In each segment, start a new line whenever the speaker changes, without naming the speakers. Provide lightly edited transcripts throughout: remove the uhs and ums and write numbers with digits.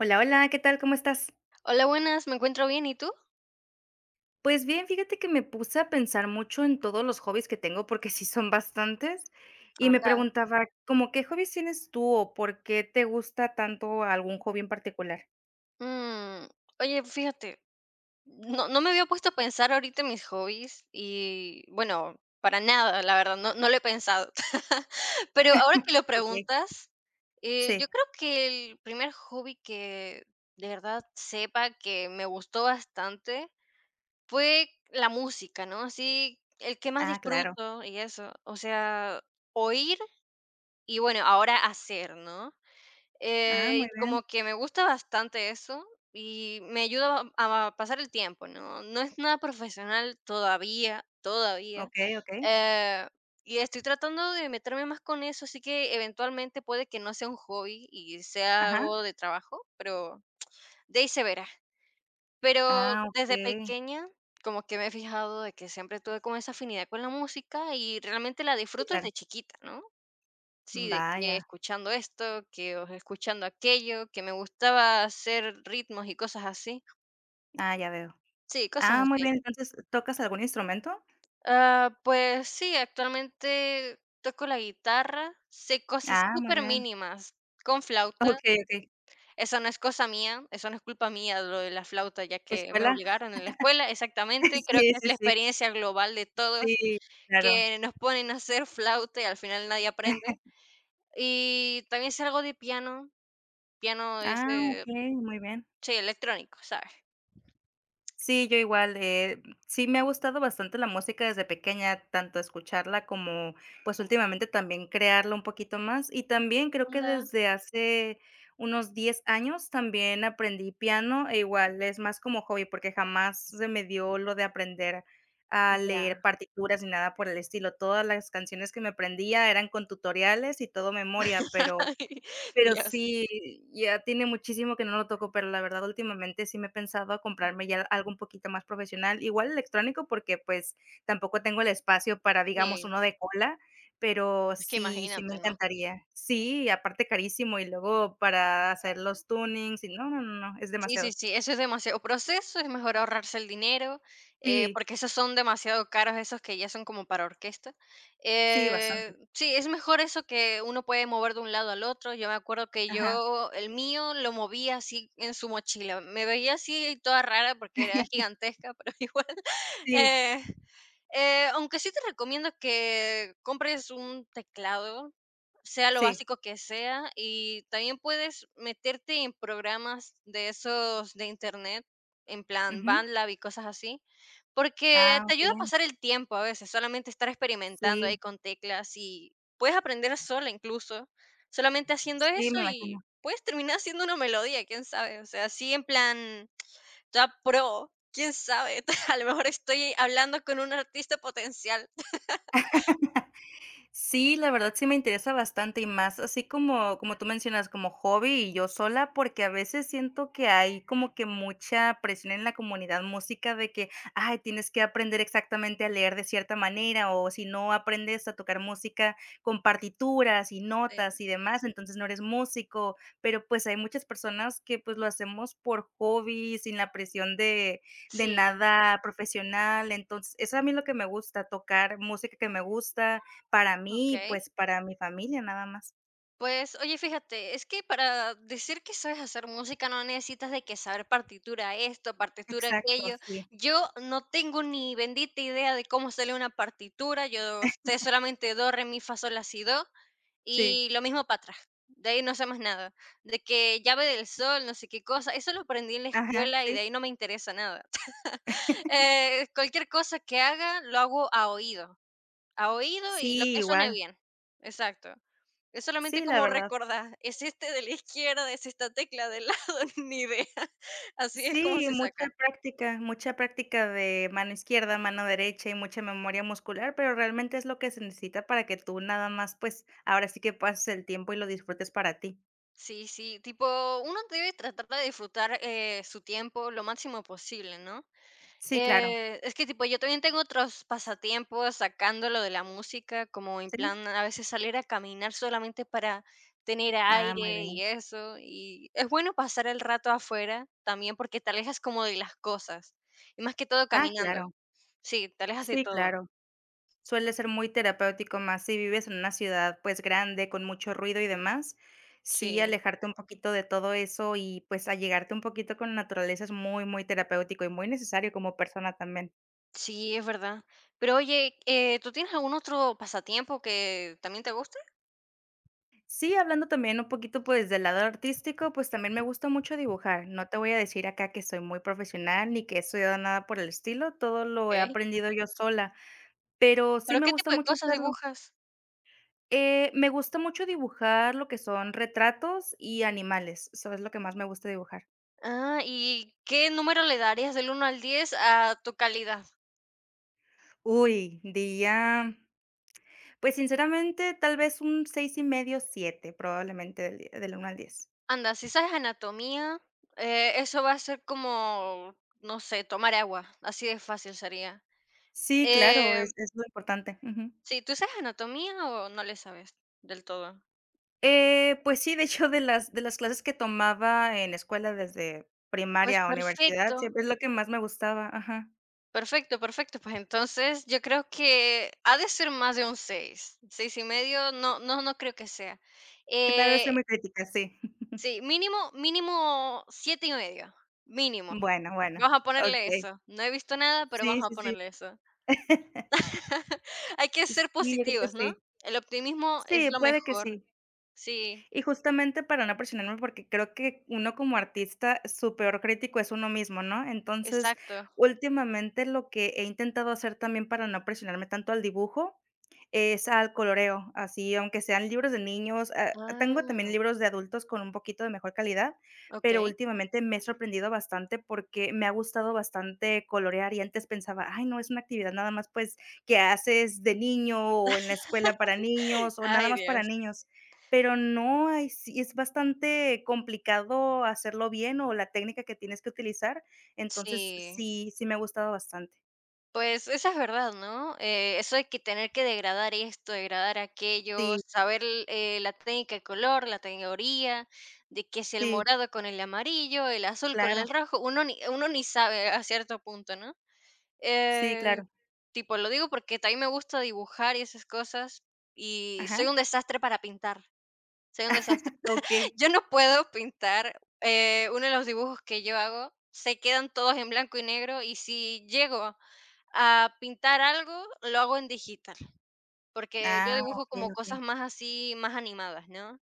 Hola, hola, ¿qué tal? ¿Cómo estás?
Hola, buenas, me encuentro bien, ¿y tú?
Pues bien, fíjate que me puse a pensar mucho en todos los hobbies que tengo, porque sí son bastantes, y me
Anda.
preguntaba, ¿cómo qué hobbies tienes tú o por qué te gusta tanto algún hobby en particular?
Mm, oye, fíjate, no me había puesto a pensar ahorita en mis hobbies y bueno, para nada, la verdad, no lo he pensado. Pero ahora que lo
Okey,
preguntas, yo
sí.
creo que el primer hobby que de verdad sepa que me gustó bastante fue la música, ¿no? Así, el que más
Ah, claro.
disfruto y eso, o sea, oír y bueno, ahora hacer, ¿no?
Ah,
Y
muy bien.
como que me gusta bastante eso y me ayuda a pasar el tiempo, ¿no? No es nada profesional todavía, todavía.
Okey, okey.
eh, y estoy tratando de meterme más con eso, así que eventualmente puede que no sea un hobby y sea
Ajá.
algo de trabajo, pero de ahí se verá. Pero
Ah,
desde
okey.
pequeña, como que me he fijado de que siempre tuve como esa afinidad con la música y realmente la
Sí,
disfruto
claro.
desde chiquita, ¿no? Sí, de que
Vaya.
escuchando esto, que o escuchando aquello, que me gustaba hacer ritmos y cosas así.
Ah, ya veo.
Sí, cosas
Ah, muy
así.
bien, entonces, ¿tocas algún instrumento?
Ah, pues sí, actualmente toco la guitarra, sé cosas
Ah, muy
súper
bien.
mínimas con flauta.
Okey, okey.
Eso no es cosa mía, eso no es culpa mía lo de la flauta, ya que me
¿Escuela?
obligaron en la escuela, exactamente. Creo
Sí,
que es
sí,
la
sí.
experiencia global de todos,
Sí, claro.
que nos ponen a hacer flauta y al final nadie aprende. Y también sé algo de piano. Piano es
Ah, okey, muy bien.
sí, electrónico, ¿sabes?
Sí, yo igual, sí me ha gustado bastante la música desde pequeña, tanto escucharla como, pues, últimamente también crearla un poquito más. Y también creo que
Anda,
desde hace unos 10 años también aprendí piano, e igual es más como hobby, porque jamás se me dio lo de aprender a leer
ya.
partituras ni nada por el estilo. Todas las canciones que me aprendía eran con tutoriales y todo memoria, pero pero
Dios.
sí, ya tiene muchísimo que no lo toco, pero la verdad últimamente sí me he pensado a comprarme ya algo un poquito más profesional, igual electrónico, porque, pues, tampoco tengo el espacio para, digamos,
Sí,
uno de cola, pero
es que
sí, sí me
imagínate, ¿no?
encantaría. Sí, aparte carísimo y luego para hacer los tunings y no, no, no, no, es
Sí, sí,
demasiado.
sí, eso es demasiado proceso, es mejor ahorrarse el dinero,
Sí,
porque esos son demasiado caros, esos que ya son como para orquesta.
sí, bastante.
Sí, es mejor eso que uno puede mover de un lado al otro. Yo me acuerdo que
Ajá.
yo, el mío, lo movía así en su mochila. Me veía así toda rara porque era gigantesca, pero igual.
Sí,
eh, Aunque sí te recomiendo que compres un teclado sea lo
sí.
básico que sea, y también puedes meterte en programas de esos de Internet, en plan
Ujú.
BandLab y cosas así, porque
Ah,
te ayuda a
okey.
pasar el tiempo a veces, solamente estar experimentando ahí
Sí,
con teclas y puedes aprender sola incluso, solamente haciendo
sí, me
eso
imagino.
y puedes terminar haciendo una melodía, quién sabe, o sea, así en plan ya pro, quién sabe, a lo mejor estoy hablando con un artista potencial.
Sí, la verdad sí me interesa bastante y más así como como tú mencionas, como hobby y yo sola, porque a veces siento que hay como que mucha presión en la comunidad música de que, ay, tienes que aprender exactamente a leer de cierta manera o si no aprendes a tocar música con partituras y notas y
Sí,
demás, entonces no eres músico, pero pues hay muchas personas que pues lo hacemos por hobby, sin la presión de
sí,
nada profesional, entonces eso a mí es lo que me gusta, tocar música que me gusta para mí y,
okey.
pues, para mi familia, nada más.
Pues, oye, fíjate, es que para decir que sabes hacer música no necesitas de que saber partitura esto, partitura
Exacto,
aquello.
sí,
Yo no tengo ni bendita idea de cómo sale una partitura. Yo sé solamente do, re, mi, fa, sol, la, si, do
sí.
y lo mismo para atrás. De ahí no sé más nada. De que llave del sol, no sé qué cosa. Eso lo aprendí en la
Ajá,
escuela y de
sí.
ahí no me interesa nada. Cualquier cosa que haga lo hago a oído y lo
Sí,
que suene
igual.
bien. Exacto. Es solamente
Sí, la
como
verdad.
recordar, es este de la izquierda, es esta tecla del lado, ni idea. Así es como
Sí,
se saca.
mucha práctica de mano izquierda, mano derecha y mucha memoria muscular, pero realmente es lo que se necesita para que tú nada más, pues, ahora sí que pases el tiempo y lo disfrutes para ti.
Sí, sí, tipo, uno debe tratar de disfrutar su tiempo lo máximo posible, ¿no?
Sí, claro.
Es que, tipo, yo también tengo otros pasatiempos sacándolo de la música, como en
Sí.
plan a veces salir a caminar solamente para tener
Ah, muy
aire y
bien.
eso. Y es bueno pasar el rato afuera también porque te alejas como de las cosas, y más que todo
Ah,
caminando.
claro.
Sí, te alejas de
Sí,
todo.
claro. Suele ser muy terapéutico, más si vives en una ciudad, pues, grande, con mucho ruido y demás. Sí,
Sí,
alejarte un poquito de todo eso y, pues, allegarte un poquito con la naturaleza es muy, muy terapéutico y muy necesario como persona también.
sí, es verdad. Pero oye, ¿tú tienes algún otro pasatiempo que también te guste?
Sí, hablando también un poquito, pues, del lado artístico, pues, también me gusta mucho dibujar. No te voy a decir acá que soy muy profesional ni que he estudiado nada por el estilo, todo lo he
Okey.
aprendido yo sola, pero sí
¿Pero
me
qué
gusta
tipo de
mucho
cosas
hacerlo.
dibujas?
Me gusta mucho dibujar lo que son retratos y animales, eso es lo que más me gusta dibujar.
Ah, ¿y qué número le darías del uno al 10 a tu calidad?
Uy, diría, pues, sinceramente, tal vez un 6 y medio, 7 probablemente, del 1 al 10.
Anda, si sabes anatomía, eso va a ser como, no sé, tomar agua, así de fácil sería.
Sí, claro,
Eh,
es lo importante, ujú.
sí, ¿tú sabes anatomía o no le sabes del todo?
Pues sí, de hecho, de las clases que tomaba en escuela desde
Pues
primaria a universidad,
perfecto.
siempre es lo que más me gustaba, ajá,
Perfecto, perfecto. Pues entonces yo creo que ha de ser más de un 6, 6 y medio, no, no, no creo que sea.
que tal vez soy
Eh,
muy crítica, sí.
sí, mínimo, mínimo 7 y medio, mínimo.
Bueno, bueno,
Vamos a ponerle
okey.
eso. No he visto nada, pero
Sí,
vamos a
sí, sí.
ponerle eso. Hay que ser
Sí, yo creo que
positivos, ¿no?
sí.
El optimismo es
Sí,
lo
puede que
mejor.
sí.
Sí,
Y justamente para no presionarme, porque creo que uno como artista, su peor crítico es uno mismo, ¿no? Entonces,
exacto.
últimamente lo que he intentado hacer también para no presionarme tanto al dibujo es al coloreo, así, aunque sean libros de niños, ah, tengo también
Ah,
libros de adultos con un poquito de mejor calidad,
ok.
pero últimamente me he sorprendido bastante porque me ha gustado bastante colorear y antes pensaba, ay, no, es una actividad nada más pues que haces de niño o en la escuela para niños o nada
Ay,
más para
Dios.
niños. Pero no, hay sí, es bastante complicado hacerlo bien o la técnica que tienes que utilizar. Entonces,
Sí.
sí, sí me ha gustado bastante.
Pues esa es verdad, ¿no? Eso de que tener que degradar esto, degradar aquello,
Sí,
saber la técnica de color, la teoría, de que si el
sí,
morado con el amarillo, el azul con
claro.
el rojo, uno ni sabe a cierto punto, ¿no?
Sí,
Eh,
claro.
Tipo, lo digo porque también me gusta dibujar y esas cosas, y
Ajá.
soy un desastre para pintar, soy un desastre.
Okey.
Yo no puedo pintar, uno de los dibujos que yo hago se quedan todos en blanco y negro, y si llego a pintar algo, lo hago en digital, porque yo
Ah,
dibujo
okey,
como
okey.
cosas más así, más animadas, ¿no?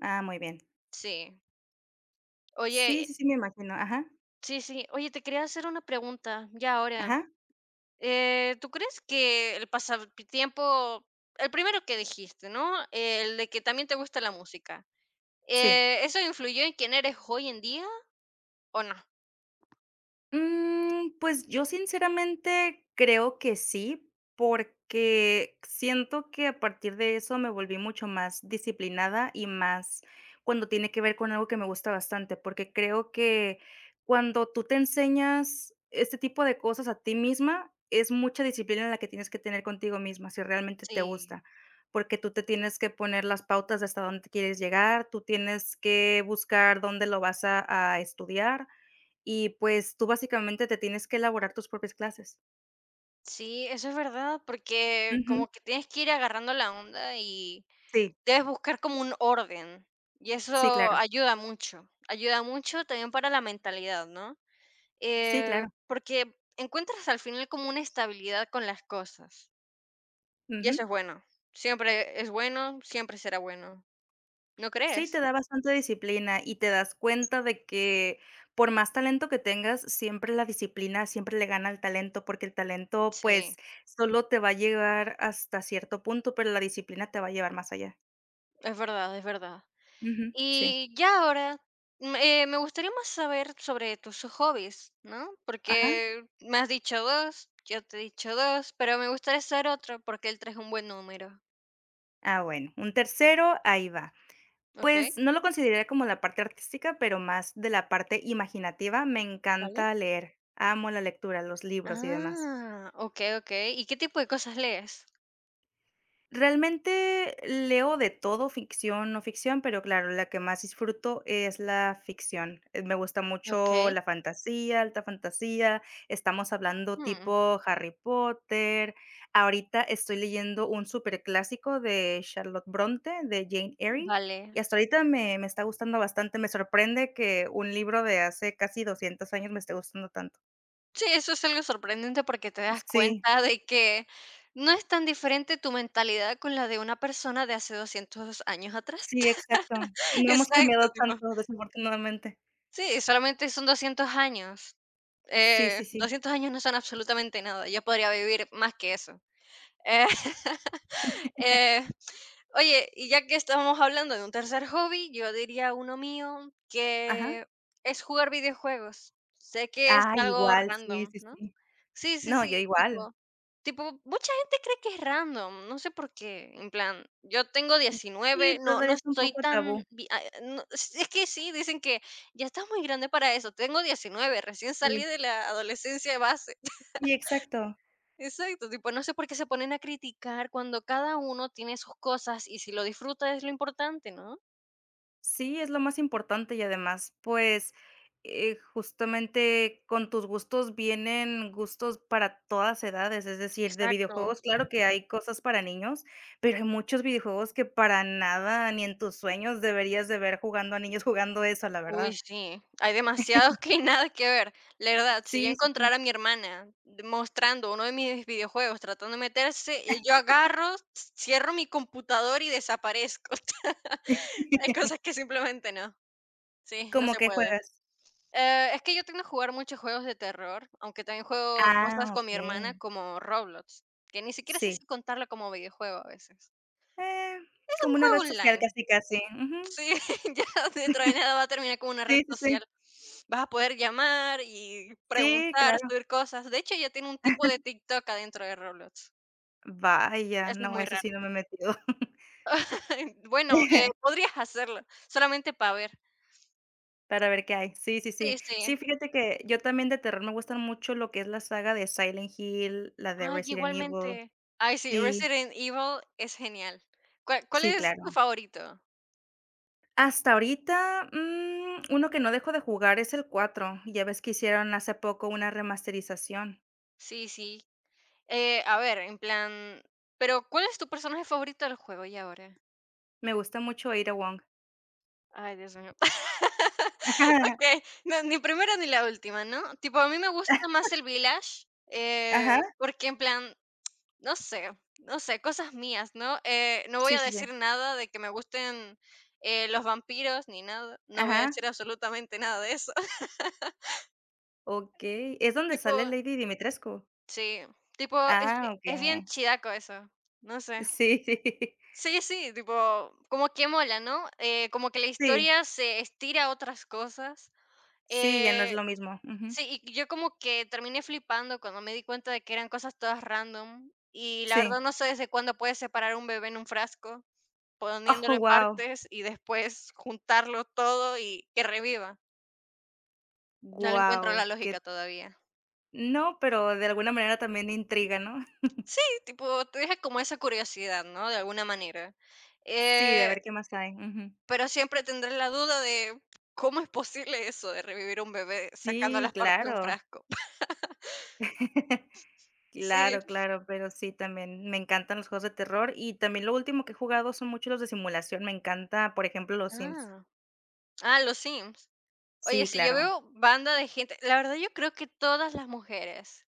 Ah, muy bien.
Sí.
Sí,
Oye,
sí, sí, me imagino. Ajá,
sí, sí. Oye, te quería hacer una pregunta, ya ahora.
ajá,
¿Tú crees que el pasatiempo, el primero que dijiste, ¿no? El de que también te gusta la música,
sí.
eso influyó en quién eres hoy en día o no?
Mm, pues yo sinceramente creo que sí, porque siento que a partir de eso me volví mucho más disciplinada y más cuando tiene que ver con algo que me gusta bastante, porque creo que cuando tú te enseñas este tipo de cosas a ti misma, es mucha disciplina la que tienes que tener contigo misma si realmente te
Sí.
gusta. Porque tú te tienes que poner las pautas de hasta dónde quieres llegar, tú tienes que buscar dónde lo vas a estudiar, y, pues, tú básicamente te tienes que elaborar tus propias clases.
Sí, eso es verdad, porque
Ujú.
como que tienes que ir agarrando la onda y
Sí,
debes buscar como un orden. Y
sí,
eso
claro.
ayuda mucho también para la mentalidad, ¿no?
Sí, claro.
Porque encuentras al final como una estabilidad con las cosas. Y
Ujú.
eso es bueno. Siempre es bueno, siempre será bueno. ¿No
Sí, te
crees?
da bastante disciplina y te das cuenta de que por más talento que tengas, siempre la disciplina siempre le gana al talento, porque el talento, pues,
Sí,
solo te va a llevar hasta cierto punto, pero la disciplina te va a llevar más allá.
es verdad, es verdad.
Ujú, sí.
Y ya ahora, me gustaría más saber sobre tus hobbies, ¿no?
Ajá.
Porque me has dicho 2, yo te he dicho 2, pero me gustaría saber otro porque el 3 es un buen número,
Ah, bueno, un tercero, ahí va.
¿ok?
Pues, no lo consideraría como la parte artística, pero más de la parte imaginativa. Me
¿Vale?
encanta leer, amo la lectura, los libros y demás.
Ah, ok, ok. ¿Y qué tipo de cosas lees?
Realmente leo de todo, ficción, no ficción, pero claro, la que más disfruto es la ficción. Me gusta
Ok.
mucho la fantasía, alta fantasía, estamos hablando
Mm,
tipo Harry Potter. Ahorita estoy leyendo un super clásico de Charlotte Bronte, de Jane Eyre, y
vale.
hasta ahorita me está gustando bastante. Me sorprende que un libro de hace casi 200 años me esté gustando tanto.
Sí, eso es algo sorprendente porque te das
Sí,
cuenta de que no es tan diferente tu mentalidad con la de una persona de hace 200 años atrás.
sí, exacto. No hemos
Exacto,
cambiado
tipo.
tanto, desafortunadamente.
Sí, solamente son 200 años.
Sí, sí, sí.
200 años no son absolutamente nada. Yo podría vivir más que eso. Eh, eh, oye, y ya que estamos hablando de un tercer hobby, yo diría uno mío
Ajá.
que es jugar videojuegos. Sé que es
Ah,
algo
igual, sí,
random,
sí,
¿no?
sí.
Sí, sí,
No,
sí,
yo igual.
tipo, mucha gente cree que es random, no sé por qué, en plan, yo tengo
Mm, sí,
19. No, no
todavía es un
estoy
poco tabú.
tan, no, es que sí, dicen que ya estás muy grande para eso, tengo 19. Recién salí
Sí,
de la adolescencia base.
sí, exacto.
Exacto, tipo, no sé por qué se ponen a criticar cuando cada uno tiene sus cosas y si lo disfruta es lo importante, ¿no?
Sí, es lo más importante y además, pues, justamente con tus gustos vienen gustos para todas edades, es decir, de
Exacto.
videojuegos, claro que hay cosas para niños, pero hay muchos videojuegos que para nada, ni en tus sueños deberías de ver jugando a niños jugando eso, la
Uy,
verdad.
sí, hay demasiados que nada que ver. La verdad, si yo
Sí, sí, sí.
encontrara a mi hermana mostrando uno de mis videojuegos, tratando de meterse, y yo agarro, cierro mi computador y desaparezco. Hay cosas que simplemente no. Sí, no
¿Cómo
se
que
puede.
juegas?
Es que yo tengo que jugar muchos juegos de terror, aunque también juego
Ah,
cosas con mi hermana
okey.
como Roblox, que ni siquiera sé
Sí.
si contarlo como videojuego a veces.
Eh,
Es
como
un
una
juego
red social
online.
casi, casi. Ujú.
Sí, ya dentro de nada va a terminar como una red
Sí, sí, sí.
social. Vas a poder llamar y
Sí,
preguntar,
claro.
subir cosas. De hecho, ya tiene un tipo de TikTok adentro de Roblox.
Vaya,
Eso es
no,
muy
eso
raro.
sí no me he metido.
Bueno, podrías hacerlo, solamente para ver.
Para ver qué hay. Sí, sí, sí.
Sí,
Sí,
sí.
fíjate que yo también de terror me gustan mucho lo que es la saga de Silent Hill, la de
Ay,
Resident Evil.
igualmente. Ay, sí,
Sí,
Resident Evil es genial. ¿Cuál, cuál
sí,
es tu
claro.
favorito?
Hasta ahorita, mm, uno que no dejo de jugar es el cuatro. Ya ves que hicieron hace poco una remasterización.
Sí, sí. A ver, en plan, pero ¿cuál es tu personaje favorito del juego y ahora?
Me gusta mucho Ada Wong.
Ay, Dios mío. Okey, no, ni primero ni la última, ¿no? Tipo, a mí me gusta más el Village,
Ajá,
porque en plan, no sé, cosas mías, ¿no? No voy
sí,
a
sí, sí.
decir nada de que me gusten, los vampiros ni nada, no voy a
Ajá.
decir absolutamente nada de eso.
Okey, ¿es donde
Tipo
sale Lady Dimitrescu?
sí, tipo, es que
Ah,
es bien
okey.
chidaco eso, no sé.
Sí, sí.
Sí, sí, tipo, como que mola, ¿no? Como que la
Sí,
historia se estira a otras cosas.
sí, ya no es
Eh,
lo mismo. Ujú.
sí, y yo como que terminé flipando cuando me di cuenta de que eran cosas todas random. Y la verdad
Sí.
no sé desde cuándo puedes separar un bebé en un frasco,
Oh,
poniéndolo en
wow,
partes y después juntarlo todo y que reviva. No le encuentro
wow,
la
que
lógica todavía.
no, pero de alguna manera también intriga, ¿no?
Sí, tipo, te deja como esa curiosidad, ¿no? De alguna manera.
Sí, de
Eh,
ver qué más hay. Ujú.
Pero siempre tendré la duda de, ¿cómo es posible eso de revivir un bebé sacando
Sí,
las partes de un
claro.
frasco? Sí.
Claro, claro, pero sí, también me encantan los juegos de terror y también lo último que he jugado son muchos los de simulación. Me encanta, por ejemplo, los Sims.
Ah, ah, los Sims. Oye,
Sí,
si yo
claro.
veo banda de gente la verdad yo creo que todas las mujeres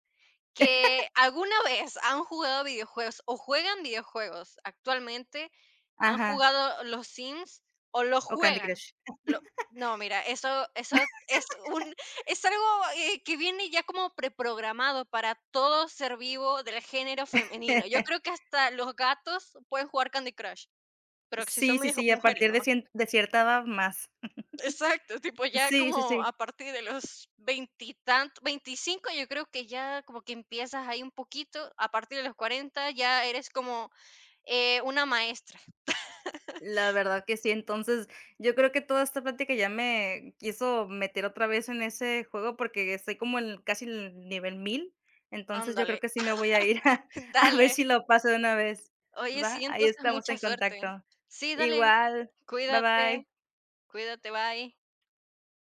que alguna vez han jugado videojuegos o juegan videojuegos actualmente, han
Ajá,
jugado los Sims o los
o Candy
juegan.
Crush.
Lo no, mira, eso es un es algo, que viene ya como preprogramado para todo ser vivo del género femenino. Yo creo que hasta los gatos pueden jugar Candy Crush, pero si
Sí,
son
sí,
medio
sí. Y a
mujeres
partir de
nomás.
100 de cierta edad más.
Exacto, tipo, ya
Sí, sí,
como
sí,
a partir de los veintitantos, 25, yo creo que ya como que empiezas ahí un poquito, a partir de los 40 ya eres como, una maestra.
la verdad que sí. Entonces, yo creo que toda esta plática ya me quiso meter otra vez en ese juego porque estoy como en casi el nivel 1000. Entonces yo creo
Ándale,
que sí me voy a ir a a ver
dale.
si lo paso de una vez,
Oye,
¿va?
sí,
Ahí
entonces
estamos
mucha
en
suerte.
contacto.
Sí, dale,
Igual, bye
cuídate,
bye.
cuídate, bye.